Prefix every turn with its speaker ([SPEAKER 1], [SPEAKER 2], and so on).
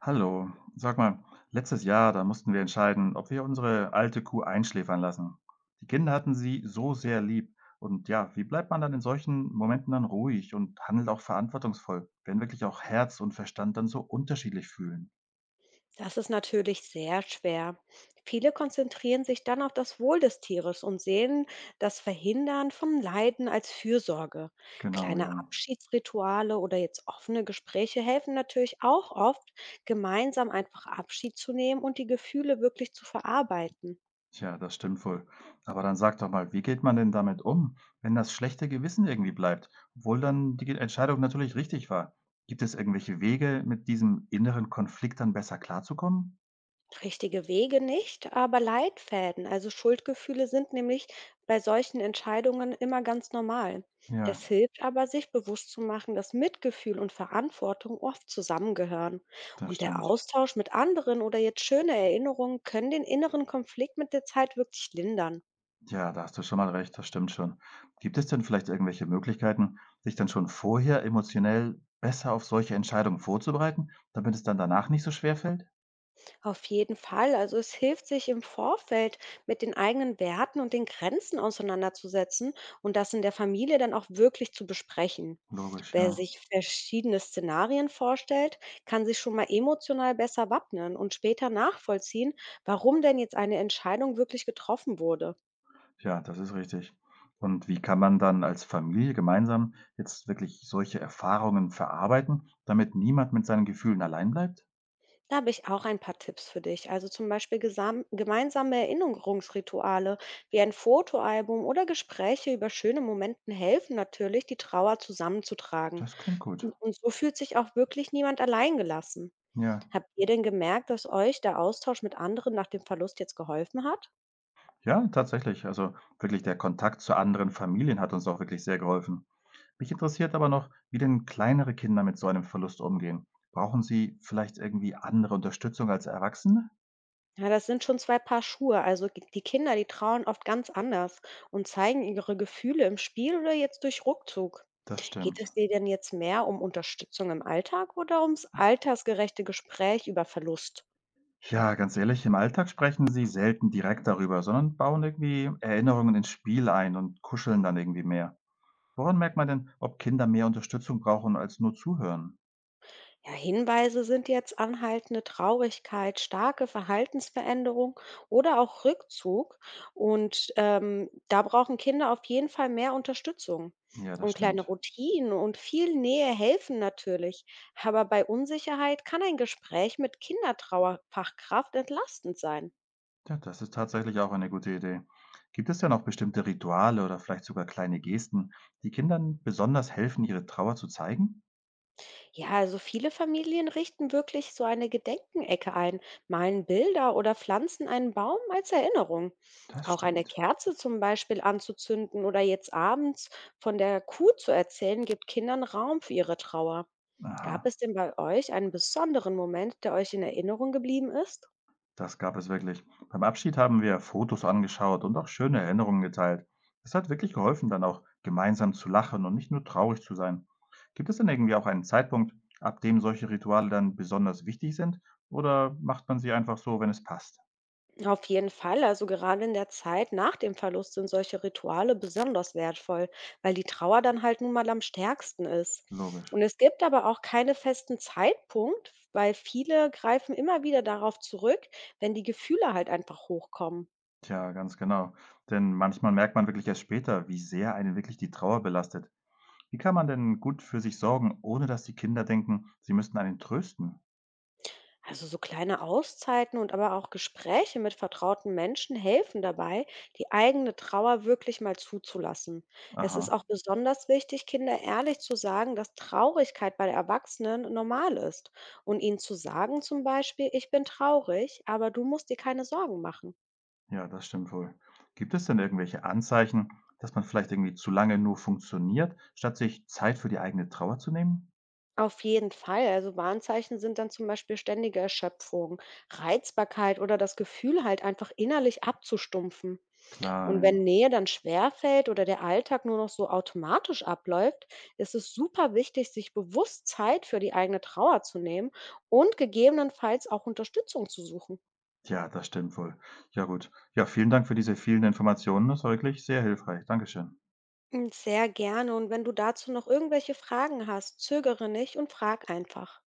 [SPEAKER 1] Hallo, sag mal, letztes Jahr, da mussten wir entscheiden, ob wir unsere alte Kuh einschläfern lassen. Die Kinder hatten sie so sehr lieb. Und ja, wie bleibt man dann in solchen Momenten dann ruhig und handelt auch verantwortungsvoll, wenn wirklich auch Herz und Verstand dann so unterschiedlich fühlen?
[SPEAKER 2] Das ist natürlich sehr schwer. Viele konzentrieren sich dann auf das Wohl des Tieres und sehen das Verhindern von Leiden als Fürsorge.
[SPEAKER 1] Genau,
[SPEAKER 2] Kleine
[SPEAKER 1] ja.
[SPEAKER 2] Abschiedsrituale oder jetzt offene Gespräche helfen natürlich auch oft, gemeinsam einfach Abschied zu nehmen und die Gefühle wirklich zu verarbeiten.
[SPEAKER 1] Tja, das stimmt wohl. Aber dann sag doch mal, wie geht man denn damit um, wenn das schlechte Gewissen irgendwie bleibt, obwohl dann die Entscheidung natürlich richtig war? Gibt es irgendwelche Wege, mit diesem inneren Konflikt dann besser klarzukommen?
[SPEAKER 2] Richtige Wege nicht, aber Leitfäden. Also Schuldgefühle sind nämlich bei solchen Entscheidungen immer ganz normal. Es
[SPEAKER 1] Ja,
[SPEAKER 2] hilft aber, sich bewusst zu machen, dass Mitgefühl und Verantwortung oft zusammengehören.
[SPEAKER 1] das
[SPEAKER 2] Und der
[SPEAKER 1] stimmt.
[SPEAKER 2] Austausch mit anderen oder jetzt schöne Erinnerungen können den inneren Konflikt mit der Zeit wirklich lindern.
[SPEAKER 1] Ja, da hast du schon mal recht, das stimmt schon. Gibt es denn vielleicht irgendwelche Möglichkeiten, sich dann schon vorher emotionell besser auf solche Entscheidungen vorzubereiten, damit es dann danach nicht so schwer fällt?
[SPEAKER 2] Auf jeden Fall. Also es hilft sich im Vorfeld mit den eigenen Werten und den Grenzen auseinanderzusetzen und das in der Familie dann auch wirklich zu besprechen.
[SPEAKER 1] Logisch,
[SPEAKER 2] Wer
[SPEAKER 1] ja.
[SPEAKER 2] sich verschiedene Szenarien vorstellt, kann sich schon mal emotional besser wappnen und später nachvollziehen, warum denn jetzt eine Entscheidung wirklich getroffen wurde.
[SPEAKER 1] Ja, das ist richtig. Und wie kann man dann als Familie gemeinsam jetzt wirklich solche Erfahrungen verarbeiten, damit niemand mit seinen Gefühlen allein bleibt?
[SPEAKER 2] Da habe ich auch ein paar Tipps für dich. Also zum Beispiel gemeinsame Erinnerungsrituale wie ein Fotoalbum oder Gespräche über schöne Momenten helfen natürlich, die Trauer zusammenzutragen.
[SPEAKER 1] Das klingt gut.
[SPEAKER 2] Und so fühlt sich auch wirklich niemand allein gelassen.
[SPEAKER 1] Ja.
[SPEAKER 2] Habt ihr denn gemerkt, dass euch der Austausch mit anderen nach dem Verlust jetzt geholfen hat?
[SPEAKER 1] Ja, tatsächlich. Also wirklich der Kontakt zu anderen Familien hat uns auch wirklich sehr geholfen. Mich interessiert aber noch, wie denn kleinere Kinder mit so einem Verlust umgehen. Brauchen sie vielleicht irgendwie andere Unterstützung als Erwachsene?
[SPEAKER 2] Ja, das sind schon 2 Paar Schuhe. Also, g die Kinder, die trauen oft ganz anders und zeigen ihre Gefühle im Spiel oder jetzt durch Ruckzug.
[SPEAKER 1] Das
[SPEAKER 2] Geht
[SPEAKER 1] stimmt.
[SPEAKER 2] es dir denn jetzt mehr um Unterstützung im Alltag oder ums altersgerechte Gespräch über Verlust?
[SPEAKER 1] Ja, ganz ehrlich, im Alltag sprechen sie selten direkt darüber, sondern bauen irgendwie Erinnerungen ins Spiel ein und kuscheln dann irgendwie mehr. Woran merkt man denn, ob Kinder mehr Unterstützung brauchen als nur zuhören?
[SPEAKER 2] Ja, Hinweise sind jetzt anhaltende Traurigkeit, starke Verhaltensveränderung oder auch Rückzug. Da brauchen Kinder auf jeden Fall mehr Unterstützung.
[SPEAKER 1] Ja, das
[SPEAKER 2] Und kleine
[SPEAKER 1] stimmt.
[SPEAKER 2] Routinen und viel Nähe helfen natürlich. Aber bei Unsicherheit kann ein Gespräch mit Kindertrauerfachkraft entlastend sein.
[SPEAKER 1] Ja, das ist tatsächlich auch eine gute Idee. Gibt es denn auch bestimmte Rituale oder vielleicht sogar kleine Gesten, die Kindern besonders helfen, ihre Trauer zu zeigen?
[SPEAKER 2] Ja, also viele Familien richten wirklich so eine Gedenkenecke ein, malen Bilder oder pflanzen einen Baum als Erinnerung.
[SPEAKER 1] Das
[SPEAKER 2] Auch eine
[SPEAKER 1] stimmt.
[SPEAKER 2] Kerze zum Beispiel anzuzünden oder jetzt abends von der Kuh zu erzählen, gibt Kindern Raum für ihre Trauer.
[SPEAKER 1] Aha.
[SPEAKER 2] Gab es denn bei euch einen besonderen Moment, der euch in Erinnerung geblieben ist?
[SPEAKER 1] Das gab es wirklich. Beim Abschied haben wir Fotos angeschaut und auch schöne Erinnerungen geteilt. Es hat wirklich geholfen, dann auch gemeinsam zu lachen und nicht nur traurig zu sein. Gibt es denn irgendwie auch einen Zeitpunkt, ab dem solche Rituale dann besonders wichtig sind? Oder macht man sie einfach so, wenn es passt?
[SPEAKER 2] Auf jeden Fall, also gerade in der Zeit nach dem Verlust sind solche Rituale besonders wertvoll, weil die Trauer dann halt nun mal am stärksten ist.
[SPEAKER 1] Logisch.
[SPEAKER 2] Und es gibt aber auch keine festen Zeitpunkt, weil viele greifen immer wieder darauf zurück, wenn die Gefühle halt einfach hochkommen.
[SPEAKER 1] Tja, ganz genau. Denn manchmal merkt man wirklich erst später, wie sehr einen wirklich die Trauer belastet. Wie kann man denn gut für sich sorgen, ohne dass die Kinder denken, sie müssten einen trösten?
[SPEAKER 2] Also so kleine Auszeiten und aber auch Gespräche mit vertrauten Menschen helfen dabei, die eigene Trauer wirklich mal zuzulassen. Es ist
[SPEAKER 1] Aha.
[SPEAKER 2] auch besonders wichtig, Kinder ehrlich zu sagen, dass Traurigkeit bei Erwachsenen normal ist und ihnen zu sagen zum Beispiel, ich bin traurig, aber du musst dir keine Sorgen machen.
[SPEAKER 1] Ja, das stimmt wohl. Gibt es denn irgendwelche Anzeichen, dass man vielleicht irgendwie zu lange nur funktioniert, statt sich Zeit für die eigene Trauer zu nehmen?
[SPEAKER 2] Auf jeden Fall. Also Warnzeichen sind dann zum Beispiel ständige Erschöpfung, Reizbarkeit oder das Gefühl halt einfach innerlich abzustumpfen.
[SPEAKER 1] Klar,
[SPEAKER 2] Und wenn
[SPEAKER 1] ja.
[SPEAKER 2] Nähe dann schwerfällt oder der Alltag nur noch so automatisch abläuft, ist es super wichtig, sich bewusst Zeit für die eigene Trauer zu nehmen und gegebenenfalls auch Unterstützung zu suchen.
[SPEAKER 1] Ja, das stimmt wohl. Ja gut. Ja, vielen Dank für diese vielen Informationen. Das war wirklich sehr hilfreich. Dankeschön.
[SPEAKER 2] Sehr gerne. Und wenn du dazu noch irgendwelche Fragen hast, zögere nicht und frag einfach.